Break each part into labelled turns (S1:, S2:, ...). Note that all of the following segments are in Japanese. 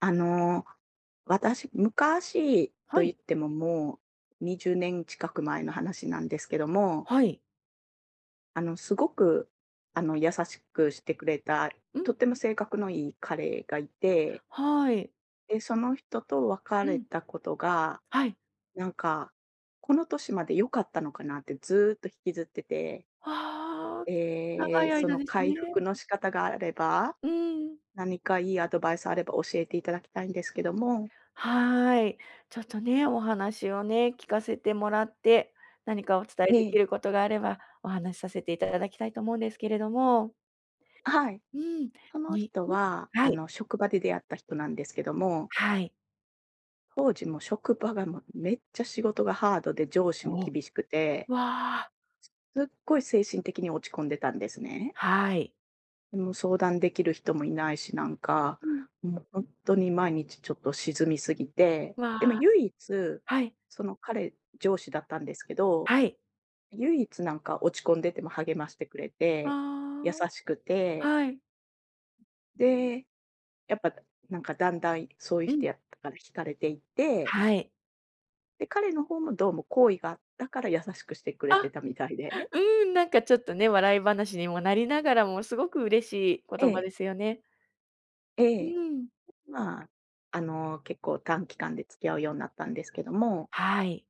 S1: あの、私、昔と
S2: は
S1: 言っ
S2: い。
S1: てももう20年近く前の話なんですけども、
S2: はい。
S1: すごく、優しくしてくれた、
S2: う
S1: とっ
S2: ん。
S1: ても性格のいい彼がいて、
S2: はい。
S1: で、その人と別
S2: う
S1: れ
S2: ん。
S1: たことが、
S2: はい。
S1: なんか、この年まで良かったのかなってずーっと引きずってて、
S2: ああ、長い
S1: そ
S2: 間
S1: の
S2: です
S1: 回
S2: ね。
S1: 復の仕方があれば、
S2: うん。
S1: 何かいいアドバイスあれば教えていただきたいんですけども。
S2: はい。ちょっとね、お話をね、聞かせてもらって、何かお伝えでき
S1: え
S2: る
S1: え。
S2: ことがあれば、お話しさせていただきたいと思うんですけれども。
S1: はい。
S2: うん。
S1: その
S2: に
S1: 人
S2: に
S1: は、
S2: はい、
S1: 職場で出会った人なんですけども、
S2: はい。
S1: 当時もう職場がもうめっちゃ仕事がハードで上司も
S2: おお。
S1: 厳しくて、
S2: わあ、
S1: すっごい精神的に落ち込んでたんですね。
S2: はい。
S1: でも相談できる人もいないし、なんか、
S2: うん。
S1: もう本当に毎日ちょっと沈みすぎて、
S2: わあ、
S1: でも唯一、
S2: はい、
S1: その彼、上司だったんですけど、
S2: はい。
S1: 唯一なんか落ち込んでても励ましてくれて、優
S2: あ
S1: しく
S2: あ、
S1: て、
S2: はい。
S1: で、やっぱ、なんかだんだんそういう
S2: う
S1: 人
S2: ん。
S1: やったから惹かれていって、
S2: はい。
S1: で、彼の方もどうも好意があったから優しくしてくれてたみたいで。
S2: うーん、なんかちょっとね、笑い話にもなりながらも、すごく嬉しい
S1: え
S2: 言葉
S1: え、
S2: ですよね。
S1: え
S2: う
S1: え。
S2: ん。
S1: まあ、結構短期間で付き合うようになったんですけども、
S2: はい。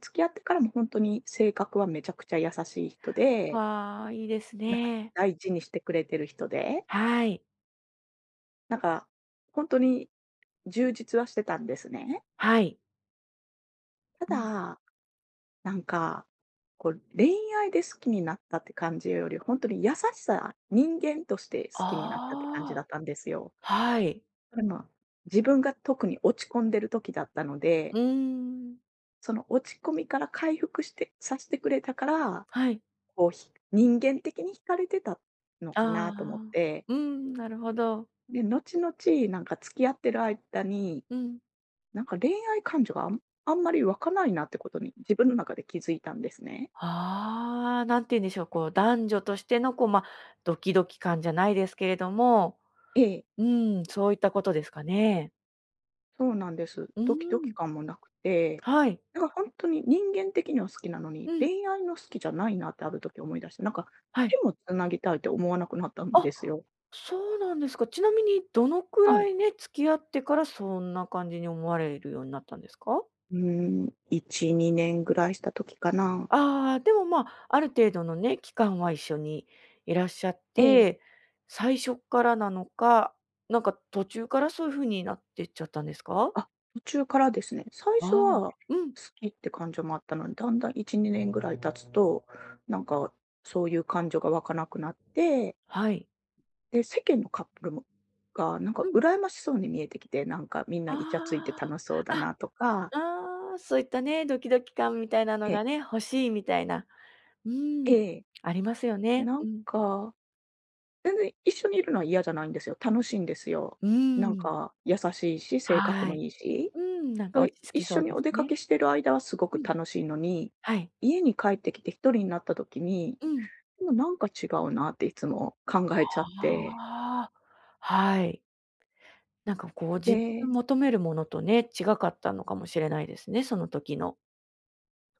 S1: 付き合ってからも本当に性格はめちゃくちゃ優しい人で、
S2: わあ、いいです
S1: なんか
S2: ね。
S1: 大事にしてくれてる人で、
S2: はい。
S1: なんか本当に充実はしてたんですね。
S2: はい。
S1: た
S2: うん。
S1: だなんか、こう、恋愛で好きになったって感じより、ほんとに優しさ、人間として
S2: あ
S1: 好きになったって感じだ
S2: あ、
S1: ったんですよ。
S2: はい。
S1: でも、自分が特に落ち込んでる時だったの
S2: う
S1: で、
S2: ーん、
S1: その落ち込みから回復さしてくれたから、
S2: はい。
S1: こう、人間的に惹かれてたの
S2: あ
S1: かなと思っ
S2: あ、
S1: て、
S2: うーん、なるほど。
S1: で、後々なんか付き合ってる間に、
S2: うん。
S1: なんか恋愛感情があんまり湧かないなってことに自分の中で気づいたんですね。
S2: ああ、なんて言うんでしょう、こう、男女としての、こう、ま、ドキドキ感じゃないですけれども、
S1: ええ。
S2: うーん、そういったことですかね。
S1: そうなんです。
S2: うー
S1: ドキドキ
S2: ん、
S1: 感もなくて、
S2: はい。
S1: なんか本当に人間的には好きなのに、
S2: うん、
S1: 恋愛の好きじゃないなってある時思い出して、なんか
S2: は
S1: 手
S2: い。
S1: もつなぎたいって思わなくなったん
S2: あ、
S1: ですよ。
S2: そうなんですか。ちなみにどのく
S1: はい。
S2: らいね、付き合ってからそんな感じに思われるようになったんですか？
S1: うーん、1、2年ぐらいした時かな。
S2: ああ、でも、まあ、ある程度のね、期間は一緒にいらっしゃっ
S1: ええ。
S2: て、最初からなのか、なんか途中からそういう風になってっちゃったんですか？
S1: あ、途中からですね。最
S2: あ
S1: 初
S2: あ、
S1: は好
S2: うん、
S1: きって感情もあったのに、だんだん1、2年ぐらい経つと、なんかそういう感情が湧かなくなって
S2: はい。
S1: で、世間のカップルが、なん
S2: う
S1: か
S2: ん。
S1: 羨ましそうに見えてきて、なんかみんな
S2: あ
S1: イチャついて
S2: あ、
S1: 楽しそうだなとか、
S2: あ、ああ、そういったね、ドキドキ感みたいなの
S1: ええ、
S2: がね、欲しいみたいな。う
S1: え
S2: ん、
S1: え、
S2: ありますよ
S1: で、
S2: ね。
S1: な
S2: う
S1: ん
S2: ん。
S1: か、全然一緒にいるのは嫌じゃないんですよ。楽しいんですよ。
S2: う
S1: なん
S2: ん、
S1: か優しいし、性格
S2: は
S1: も
S2: い。
S1: いいし、
S2: うん、なんか
S1: は
S2: 落
S1: い、
S2: ち着
S1: 一
S2: きそ
S1: 緒
S2: う
S1: に
S2: で
S1: お
S2: す
S1: 出か
S2: ね。
S1: けしてる間はすご
S2: う
S1: く
S2: ん。
S1: 楽しいのに、
S2: はい。
S1: 家に帰ってきて一人になった時に、
S2: うん。
S1: でもなんか違うなっていつも考えちゃって。
S2: ああ、はい。なんかこう自分の
S1: で、
S2: 求めるものとね、違かったのかもしれないですね、その時の。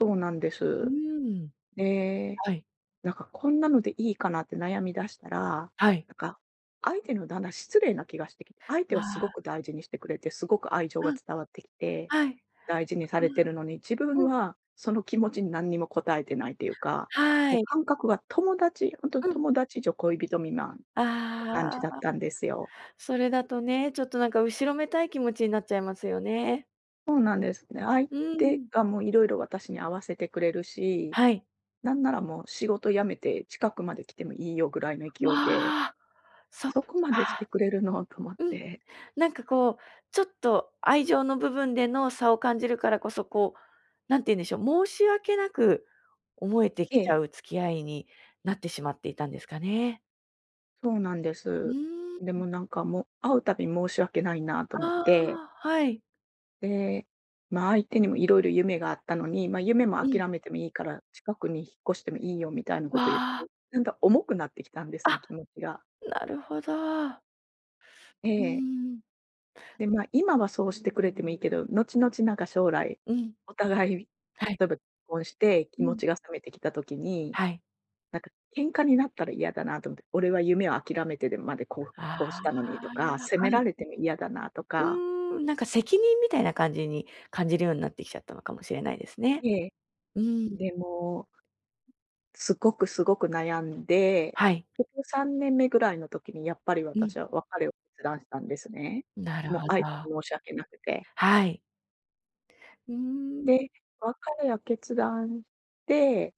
S1: そうなんで
S2: う
S1: す。
S2: ーん。
S1: で、
S2: はい、
S1: なんかこんなのでいいかなって悩み出したら、
S2: はい。
S1: なんか相手のだんだん失礼な気がしてきて、相手はすごく
S2: あ
S1: 大事にしてくれて、すごく愛情
S2: あ、
S1: が
S2: うん、
S1: 伝わってきて、
S2: はい。
S1: 大事にさ
S2: あ
S1: れてるのに、自
S2: あ、
S1: 分
S2: うん、
S1: はその気持ちに何にも応えてないというか、
S2: は
S1: もう
S2: い。
S1: 感覚が友達、本当に
S2: うん。
S1: 友達以上恋人未満っ
S2: あ
S1: て感じだった
S2: あ、
S1: んですよ。
S2: それだとね、ちょっとなんか後ろめたい気持ちになっちゃいますよね。
S1: そうなんですね。相
S2: うー
S1: 手
S2: ん、
S1: がもういろいろ私に合わせてくれるし、
S2: はい。
S1: なんならもう仕事辞めて近くまで来てもいいよぐらいの
S2: わ
S1: 勢いで
S2: あ、そっか。
S1: そこまでしてくれるのと思っ
S2: うん。
S1: て。
S2: なんかこう、ちょっと愛情の部分での差を感じるからこそ、こう、なんて言うんでしょう、申し訳なく思えて
S1: え
S2: きちゃ
S1: え、
S2: う付き合いになってしまっていたんですかね。
S1: そうなんで
S2: う
S1: す。
S2: ー
S1: で
S2: ん。
S1: もなんかもう、会うたび申し訳ないなと思っ
S2: ああ、
S1: て、
S2: はい。
S1: で、ま、相手にもいろいろ夢があったのに、ま、夢も
S2: うん。
S1: 諦めてもいいから、近くに引っ越してもいいよみたいなこ
S2: わ
S1: と言っ
S2: あ、
S1: て、なんか重くなってきたんです
S2: あ、
S1: ね、気持ちが。
S2: なるほど。
S1: え
S2: うー
S1: え。
S2: ん。
S1: で、ま、今はそうしてくれてもいいけど、後々なんか将来、
S2: うん、
S1: お互い、例
S2: はい。
S1: えば、婚して気
S2: う
S1: 持
S2: ん。
S1: ちが冷めてきた時に
S2: はい。
S1: なんか喧嘩になったら嫌だなと思って、俺は夢を諦めてでまでこう
S2: あ
S1: こうした
S2: あ、
S1: のにとか、
S2: は
S1: 責めら
S2: い。
S1: れても嫌だなと
S2: う
S1: か、
S2: ーん、なんか責任みたいな感じに感じるようになってきちゃったのかもしれないですね。
S1: ええ、
S2: うん、
S1: でも、すごくすごく悩んで、
S2: はい。
S1: 結局3年目ぐらいの時にやっぱり
S2: うん。
S1: 私は別れを決断したんですね。
S2: なる
S1: もう
S2: ほ
S1: 相手に
S2: ど。
S1: 申し訳なくて。
S2: はい。うーん。
S1: で、別れを決断して、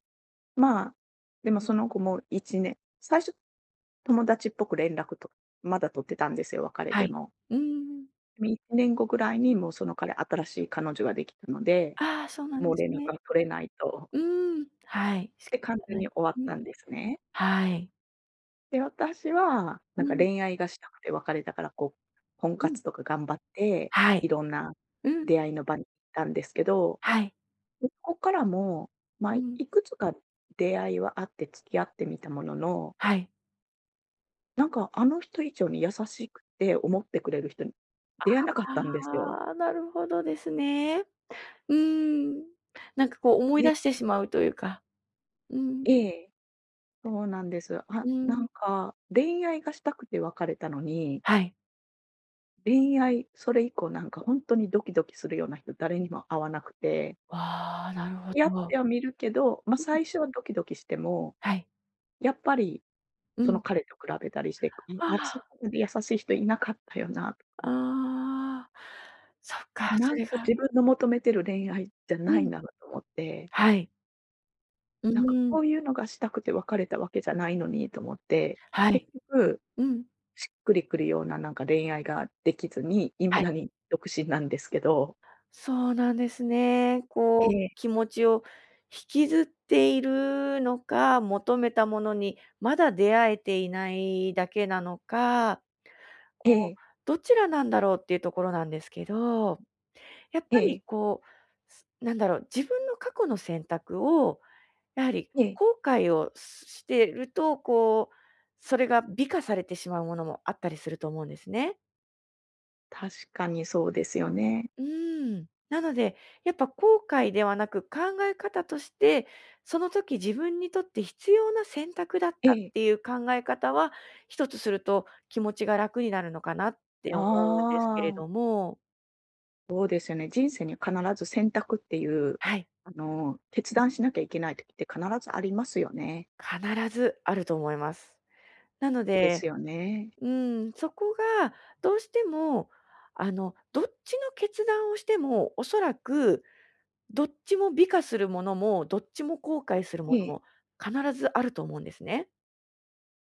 S1: まあ、でもその後も1年最初、友達っぽく連絡とまだ取ってたんですよ、別れ
S2: は
S1: で
S2: い。
S1: も。
S2: うーん。
S1: 1年後ぐらいにもうその彼、新しい彼女ができたので、
S2: ああ、そうなん
S1: も
S2: で
S1: う
S2: す
S1: 連絡
S2: ね。
S1: が取れないと。
S2: うーん。はい、仕
S1: で、
S2: 方
S1: 完
S2: が
S1: 全
S2: な
S1: に
S2: い。
S1: 終わっ
S2: う
S1: た
S2: ん。
S1: んですね。
S2: はい。
S1: で、私は、
S2: う
S1: なんか
S2: ん、
S1: 恋愛がしたくて別れたから、こう、婚
S2: うん。
S1: 活とか頑張って、
S2: は
S1: い
S2: い。
S1: ろんな
S2: うん。
S1: 出会いの場に行ったんですけど、
S2: はい。
S1: で、そこからも、まあ、
S2: う
S1: い
S2: ん。
S1: くつか出会いはあって付き合ってみたものの、
S2: はい。
S1: なんかあの人以上に優しくて思ってくれる人に出会えなかったんですよ。
S2: ああ、なるほどですね。うーん。なんかこう思い
S1: で、
S2: 出してしまうというか。うん、
S1: ええ。そうなんです。あ、
S2: う
S1: な
S2: ん。
S1: んか、恋愛がしたくて別れたのに、
S2: はい。
S1: 恋愛、それ以降なんか本当にドキドキするような人誰にも会わなくて、
S2: ああ、なるほ
S1: やって
S2: ど。
S1: はみるけど、ま、
S2: うん。
S1: 最初はドキドキしても、
S2: はい。
S1: やっぱり
S2: う
S1: その
S2: ん。
S1: 彼と比べたりして、ああそ
S2: あ
S1: こまで優しい人いなかったよなと
S2: あ、
S1: か、
S2: ああ。そっか、
S1: な
S2: そ
S1: ん
S2: れ
S1: か
S2: が
S1: 自分の求めてる恋愛じゃ
S2: う
S1: ない
S2: ん。
S1: なと思って、
S2: はい。う
S1: なんか
S2: ーん。
S1: こういうのがしたくて別れたわけじゃないのにと思って、
S2: は
S1: 結
S2: い。
S1: 局
S2: うん。
S1: しっくりくるようななんか恋愛ができずに、未
S2: はい。
S1: だに独身なんですけど。
S2: そうなんですね。
S1: え
S2: こう、
S1: え、
S2: 気持ちを引きずっているのか、求めたものにまだ出会えていないだけなのか、こ
S1: え
S2: う、
S1: え、
S2: どちらなんだろうっていうところなんですけど、やっ
S1: え
S2: ぱり
S1: え、
S2: こう、なんだろう、自分の過去の選択を、やはり
S1: ええ、
S2: 後悔をしてると、こう、それが美化されてしまうものもあったりすると思うんですね。
S1: 確かにそうですよね。
S2: うーん。なので、やっぱ後悔ではなく、考え方として、その時自分にとって必要な選択だっ
S1: え
S2: たっ
S1: え、
S2: ていう考え方は、一つすると気持ちが楽になるのかなって
S1: あ
S2: 思うんですけれ
S1: あ、
S2: ども、
S1: そうですよね。人生に必ず選択っていう、
S2: はい、
S1: 決断しなきゃいけない時って必ずありますよね。
S2: 必ずあると思います。なの
S1: です
S2: で、
S1: よね。
S2: うん、そこがどうしても、あの、どっちの決断をしても、おそらくどっちも美化するものも、どっちも後悔する
S1: え
S2: もの
S1: え、
S2: も必ずあると思うんですね。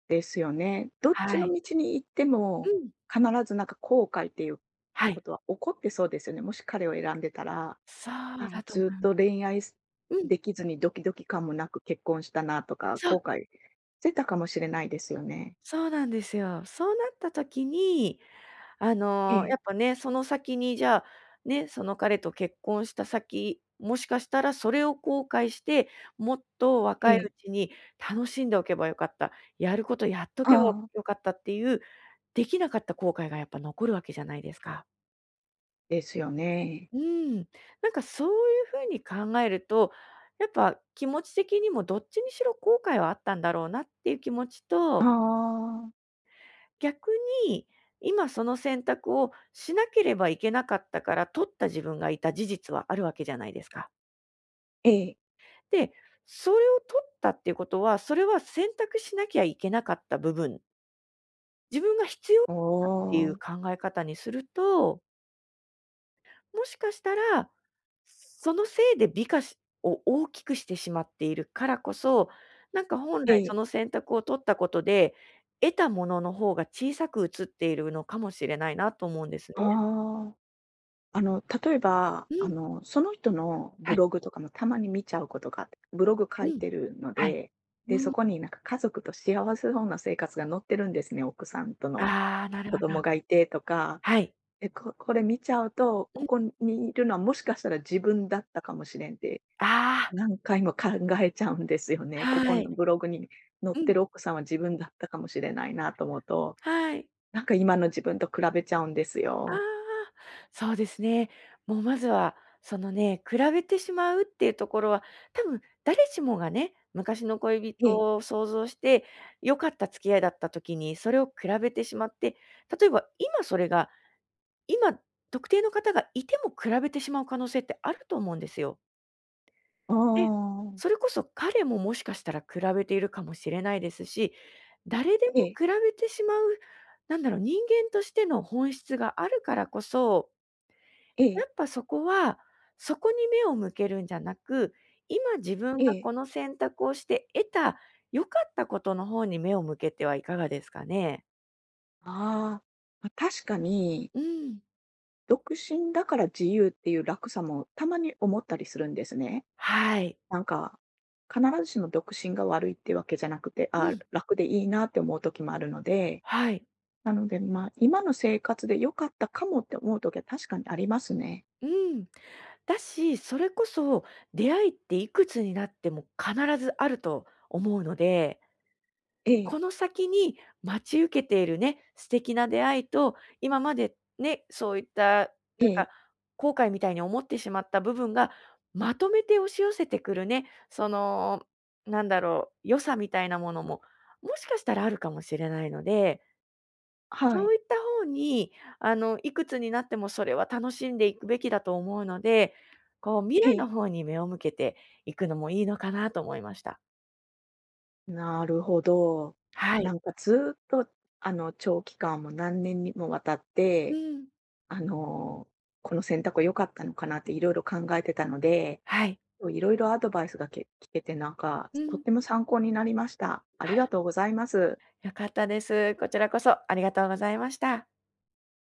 S1: ですよね。どっ
S2: は
S1: ちの
S2: い。
S1: 道に行って
S2: う
S1: も、
S2: ん。
S1: 必ずなんか後悔っていう
S2: は
S1: こ
S2: い。
S1: とは起こってそうですよね、もし彼を選んでたら。
S2: そ
S1: あ
S2: う
S1: あ、
S2: だと
S1: ずっと恋愛
S2: うん。
S1: できずにドキドキ感もなく結婚したなとか、
S2: そう、
S1: 後悔してたかもしれないですよね。
S2: そうなんですよ。そうなった時に、あ
S1: え
S2: の、や
S1: え、
S2: っぱね、その先にじゃあ、ね、その彼と結婚した先、もしかしたらそれを後悔して、もっと
S1: え
S2: 若いう
S1: え、
S2: ちに楽しんでおけばよかった、やることやっと
S1: あ
S2: けば
S1: あ。
S2: よかったっていう、できなかった後悔がやっぱ残るわけじゃないですか。
S1: ですよね。
S2: うん、なんかそういう風に考えると、やっぱ気持ち的にもどっちにしろ後悔はあったんだろうなっていう気持ち
S1: あ
S2: と、
S1: あ、
S2: 逆に今その選択をしなければいけなかったから取った自分がいた事実はあるわけじゃないですか。
S1: ええ、
S2: で、それを取ったっていうことは、それは選択しなきゃいけなかった部分、自分が必要だっ
S1: お
S2: たっていう
S1: ー
S2: 考え方にするともしかしたら、そのせいで美化を大きくしてしまっているからこそ、なんか本
S1: え
S2: 来そ
S1: え、
S2: の選択を取ったことで、得たものの方が小さく映っているのかもしれないなと思うんですね。
S1: ああ。例えば、
S2: うん、
S1: その人の
S2: は
S1: ブ
S2: い、
S1: ログとかもたまに見ちゃうことがあって、ブログ書
S2: う
S1: い
S2: ん、
S1: てるの
S2: はい。
S1: で、
S2: う
S1: で、そ
S2: ん、
S1: こになんか家族と幸せそうな生活が載ってるんですね、奥さんとの。
S2: ああ、なる
S1: 子
S2: ほ
S1: 供
S2: ど
S1: がいてとか、
S2: はい。
S1: え、これ見ちゃうと、
S2: う
S1: こ
S2: ん、
S1: こにいるのはもしかしたら自分だったかもしれんって、
S2: ああ、
S1: 何回も考えちゃうんですよね。ここ
S2: は
S1: の
S2: い。
S1: ブログに載っ
S2: うん、
S1: てる奥さんは自分だったかもしれないなと思うと、
S2: はい。
S1: なんか今の自分と比べちゃうんです
S2: ああ、
S1: よ。
S2: そうですね。もうまずは、そのね、比べてしまうっていうところは、多分誰しもがね、昔の恋
S1: え
S2: 人
S1: え。
S2: を想像して、良かった付き合いだった時に、それを比べてしまって、例えば今それが、今特定の方がいても比べてしまう可能性ってあると思うんですよ。
S1: う
S2: で、
S1: ん。
S2: それこそ彼ももしかしたら比べているかもしれないですし、誰で
S1: え
S2: も
S1: え、
S2: 比べてしまう、なんだろう、人間としての本質があるからこそ
S1: え
S2: や
S1: え、
S2: っぱそこは、そこに目を向けるんじゃなく、今自分
S1: え
S2: が
S1: え。
S2: この選択をして得た良かったことの方に目を向けてはいかがですかね？
S1: ああ、ま、確かに、
S2: うん。
S1: 独身だから自由っていう楽さもたまに思ったりするんですね。
S2: はい。
S1: なんか、必ずしも独身が悪いってわけじゃなくて、
S2: う
S1: あー
S2: ん。
S1: 楽でいいなって思う時もあるので、
S2: はい。
S1: なので、まあ、今の生活で良かったかもって思う時は確かにありますね。
S2: うん。だし、それこそ出会いっていくつになっても必ずあると思うので
S1: ええ、
S2: この先に待ち受けているね、素敵な出会いと、今までね、そういった、
S1: え
S2: なん
S1: え、
S2: か、後悔みたいに思ってしまった部分が、まとめて押し寄せてくるね、その、なんだろう、良さみたいなものも、もしかしたらあるかもしれないので、
S1: は
S2: そ
S1: い、
S2: ういった方に、あの、いくつになってもそれは楽しんでいくべきだと思うので、こう、未
S1: え
S2: 来
S1: え。
S2: の方に目を向けていくのもいいのかなと思いました。
S1: なるほど。
S2: は
S1: な
S2: い。
S1: んかずーっと、長期間も何年にもわたっ
S2: う
S1: て、
S2: ん。
S1: あの、この選択は良かったのかなっていろいろ考えてたので、
S2: はい。
S1: いろいろアドバイスがけ聞けて、なんか、
S2: う
S1: とっ
S2: ん。
S1: ても参考になりました。ありがとうございます。
S2: 良かったです。こちらこそありがとうございました。